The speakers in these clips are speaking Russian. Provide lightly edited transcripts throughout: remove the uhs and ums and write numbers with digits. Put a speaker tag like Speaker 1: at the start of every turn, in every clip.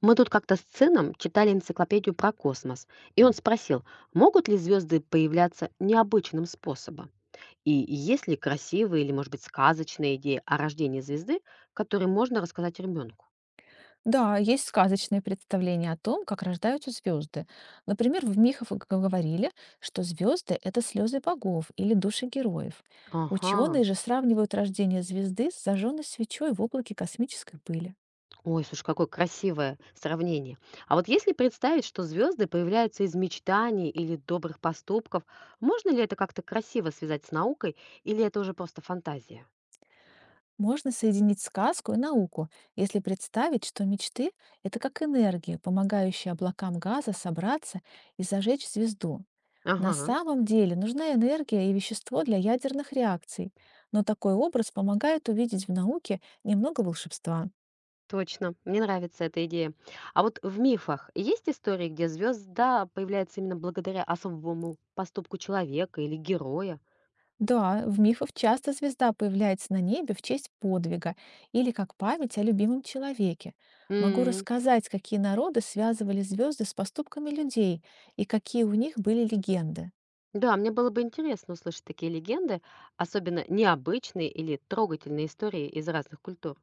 Speaker 1: Мы тут как-то с сыном читали энциклопедию про космос, и он спросил, могут ли звезды появляться необычным способом? И есть ли красивые или, может быть, сказочные идеи о рождении звезды, которые можно рассказать ребенку?
Speaker 2: Да, есть сказочные представления о том, как рождаются звезды. Например, в мифах говорили, что звезды– это слезы богов или души героев.
Speaker 1: Ага.
Speaker 2: Ученые же сравнивают рождение звезды с зажженной свечой в облаке космической пыли.
Speaker 1: Ой, слушай, какое красивое сравнение. А вот если представить, что звезды появляются из мечтаний или добрых поступков, можно ли это как-то красиво связать с наукой, или это уже просто фантазия?
Speaker 2: Можно соединить сказку и науку, если представить, что мечты– это как энергия, помогающая облакам газа собраться и зажечь звезду. На
Speaker 1: Ага.
Speaker 2: самом деле нужна энергия и вещество для ядерных реакций, но такой образ помогает увидеть в науке немного волшебства.
Speaker 1: Точно, мне нравится эта идея. А вот в мифах есть истории, где звезда появляется именно благодаря особому поступку человека или героя?
Speaker 2: Да, в мифах часто звезда появляется на небе в честь подвига или как память о любимом человеке. Могу
Speaker 1: М.
Speaker 2: рассказать, какие народы связывали звезды с поступками людей и какие у них были легенды.
Speaker 1: Да, мне было бы интересно услышать такие легенды, особенно необычные или трогательные истории из разных культур.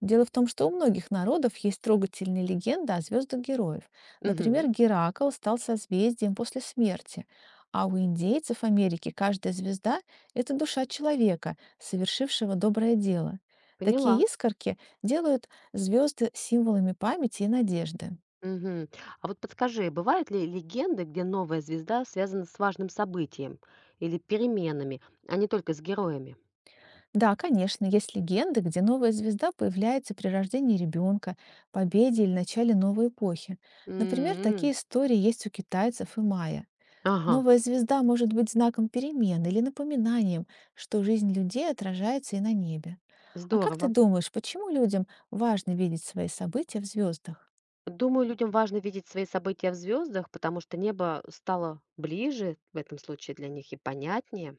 Speaker 2: Дело в том, что у многих народов есть трогательные легенды о звездах героев. Например,
Speaker 1: Мгм,
Speaker 2: Геракл стал созвездием после смерти, а у индейцев Америки каждая звезда– это душа человека, совершившего доброе дело. Такие
Speaker 1: поняла.
Speaker 2: искорки делают звезды символами памяти и надежды.
Speaker 1: Мгм. А вот подскажи, бывают ли легенды, где новая звезда связана с важным событием или переменами, а не только с героями?
Speaker 2: Да, конечно, есть легенды, где новая звезда появляется при рождении ребенка, победе или начале новой эпохи. Например,
Speaker 1: М.
Speaker 2: такие истории есть у китайцев и майя.
Speaker 1: Ага,
Speaker 2: Новая звезда может быть знаком перемен или напоминанием, что жизнь людей отражается и на небе. А как ты
Speaker 1: здорово.
Speaker 2: думаешь, почему людям важно видеть свои события в звездах?
Speaker 1: Думаю, людям важно видеть свои события в звездах, потому что небо стало ближе в этом случае для них и понятнее.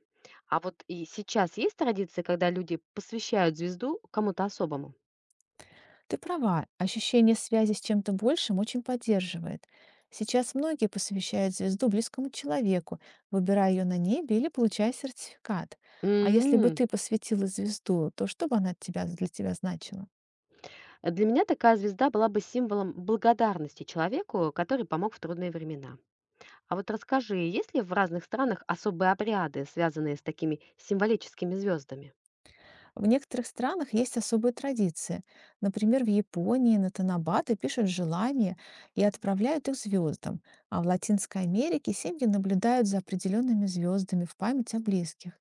Speaker 1: А вот и сейчас есть традиция, когда люди посвящают звезду кому-то особому?
Speaker 2: Ты права, ощущение связи с чем-то большим очень поддерживает. Сейчас многие посвящают звезду близкому человеку, выбирая ее на небе или получая сертификат. А если бы
Speaker 1: М.
Speaker 2: ты посвятила звезду, то что бы она от тебя, для тебя значила?
Speaker 1: Для меня такая звезда была бы символом благодарности человеку, который помог в трудные времена. А вот расскажи, есть ли в разных странах особые обряды, связанные с такими символическими звездами?
Speaker 2: В некоторых странах есть особые традиции. Например, в Японии на Танабаты пишут желания и отправляют их звездам, а в Латинской Америке семьи наблюдают за определенными звездами в память о близких.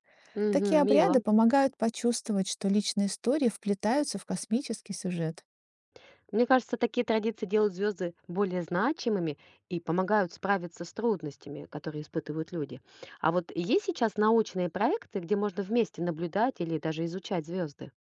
Speaker 2: Такие
Speaker 1: Мгм, мило.
Speaker 2: обряды помогают почувствовать, что личные истории вплетаются в космический сюжет.
Speaker 1: Мне кажется, такие традиции делают звезды более значимыми и помогают справиться с трудностями, которые испытывают люди. А вот есть сейчас научные проекты, где можно вместе наблюдать или даже изучать звезды?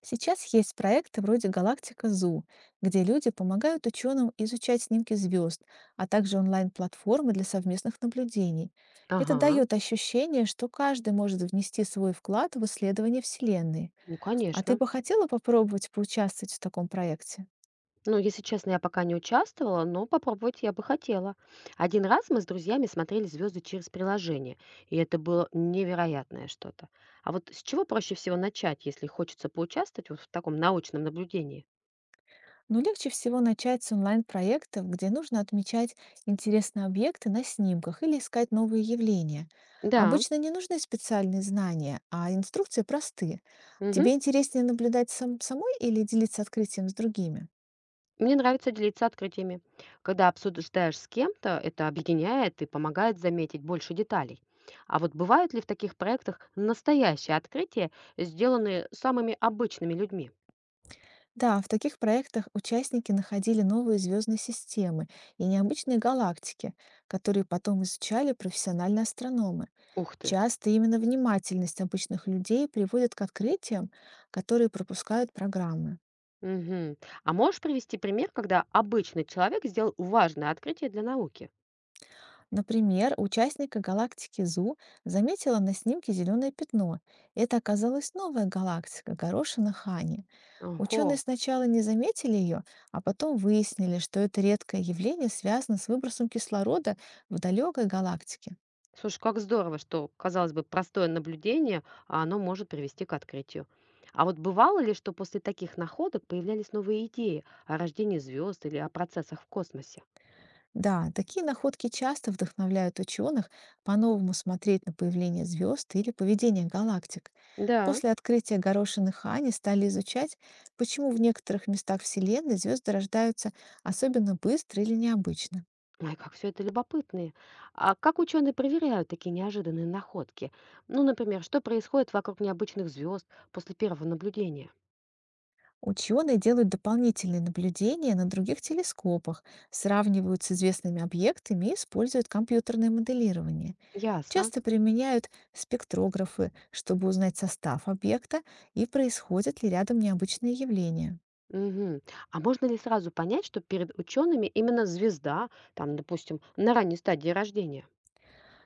Speaker 2: Сейчас есть проекты вроде «Галактика Зу», где люди помогают ученым изучать снимки звезд, а также онлайн-платформы для совместных наблюдений. Это
Speaker 1: Ага,
Speaker 2: дает ощущение, что каждый может внести свой вклад в исследование Вселенной.
Speaker 1: ну
Speaker 2: А ты
Speaker 1: конечно.
Speaker 2: бы хотела попробовать поучаствовать в таком проекте?
Speaker 1: Ну, если честно, я пока не участвовала, но попробовать я бы хотела. Один раз мы с друзьями смотрели звезды через приложение, и это было невероятное что-то. А вот с чего проще всего начать, если хочется поучаствовать вот в таком научном наблюдении?
Speaker 2: Но легче всего начать с онлайн-проектов, где нужно отмечать интересные объекты на снимках или искать новые явления.
Speaker 1: Да.
Speaker 2: Обычно не нужны специальные знания, а инструкции просты.
Speaker 1: Мгм.
Speaker 2: Тебе интереснее наблюдать сам, самой или делиться открытием с другими?
Speaker 1: Мне нравится делиться открытиями. Когда обсуждаешь с кем-то, это объединяет и помогает заметить больше деталей. А вот бывают ли в таких проектах настоящие открытия, сделанные самыми обычными людьми?
Speaker 2: Да, в таких проектах участники находили новые звездные системы и необычные галактики, которые потом изучали профессиональные астрономы.
Speaker 1: Ух ты.
Speaker 2: Часто именно внимательность обычных людей приводит к открытиям, которые пропускают программы.
Speaker 1: Мгм. А можешь привести пример, когда обычный человек сделал важное открытие для науки?
Speaker 2: Например, участника галактики Зу заметила на снимке зеленое пятно. Это оказалась новая галактика– горошина Хани.
Speaker 1: Ого.
Speaker 2: Ученые сначала не заметили ее, а потом выяснили, что это редкое явление связано с выбросом кислорода в далекой галактике.
Speaker 1: Слушай, как здорово, что, казалось бы, простое наблюдение, а оно может привести к открытию. А вот бывало ли, что после таких находок появлялись новые идеи о рождении звезд или о процессах в космосе?
Speaker 2: Да, такие находки часто вдохновляют ученых по-новому смотреть на появление звезд или поведение галактик.
Speaker 1: Да.
Speaker 2: После открытия горошины Хани стали изучать, почему в некоторых местах Вселенной звезды рождаются особенно быстро или необычно.
Speaker 1: Ой, как все это любопытные. А как ученые проверяют такие неожиданные находки? Ну, например, что происходит вокруг необычных звезд после первого наблюдения?
Speaker 2: Ученые делают дополнительные наблюдения на других телескопах, сравнивают с известными объектами и используют компьютерное моделирование.
Speaker 1: Ясно.
Speaker 2: Часто применяют спектрографы, чтобы узнать состав объекта и происходят ли рядом необычные явления.
Speaker 1: Мгм. А можно ли сразу понять, что перед учеными именно звезда, там, допустим, на ранней стадии рождения?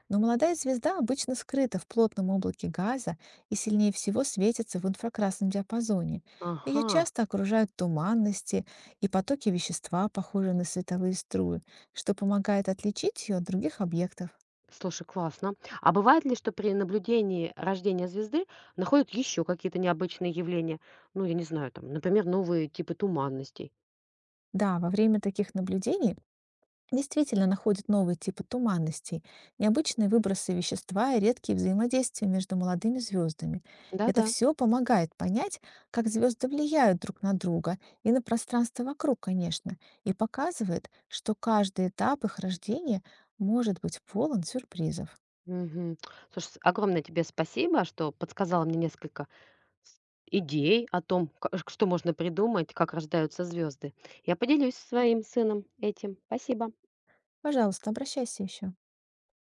Speaker 2: Но молодая звезда обычно скрыта в плотном облаке газа и сильнее всего светится в инфракрасном диапазоне. Ее
Speaker 1: Ага.
Speaker 2: часто окружают туманности и потоки вещества, похожие на световые струи, что помогает отличить ее от других объектов.
Speaker 1: Слушай, классно. А бывает ли, что при наблюдении рождения звезды находят еще какие-то необычные явления? Ну, я не знаю, там, например, новые типы туманностей.
Speaker 2: Да, во время таких наблюдений действительно находят новые типы туманностей, необычные выбросы вещества и редкие взаимодействия между молодыми звездами. Это
Speaker 1: Да-да.
Speaker 2: все помогает понять, как звезды влияют друг на друга и на пространство вокруг, конечно, и показывает, что каждый этап их рождения может быть полон сюрпризов.
Speaker 1: Мгм. Слушай, огромное тебе спасибо, что подсказала мне несколько с- идей о том, что можно придумать, как рождаются звезды. Я поделюсь со своим сыном этим. Спасибо.
Speaker 2: Пожалуйста, обращайся еще.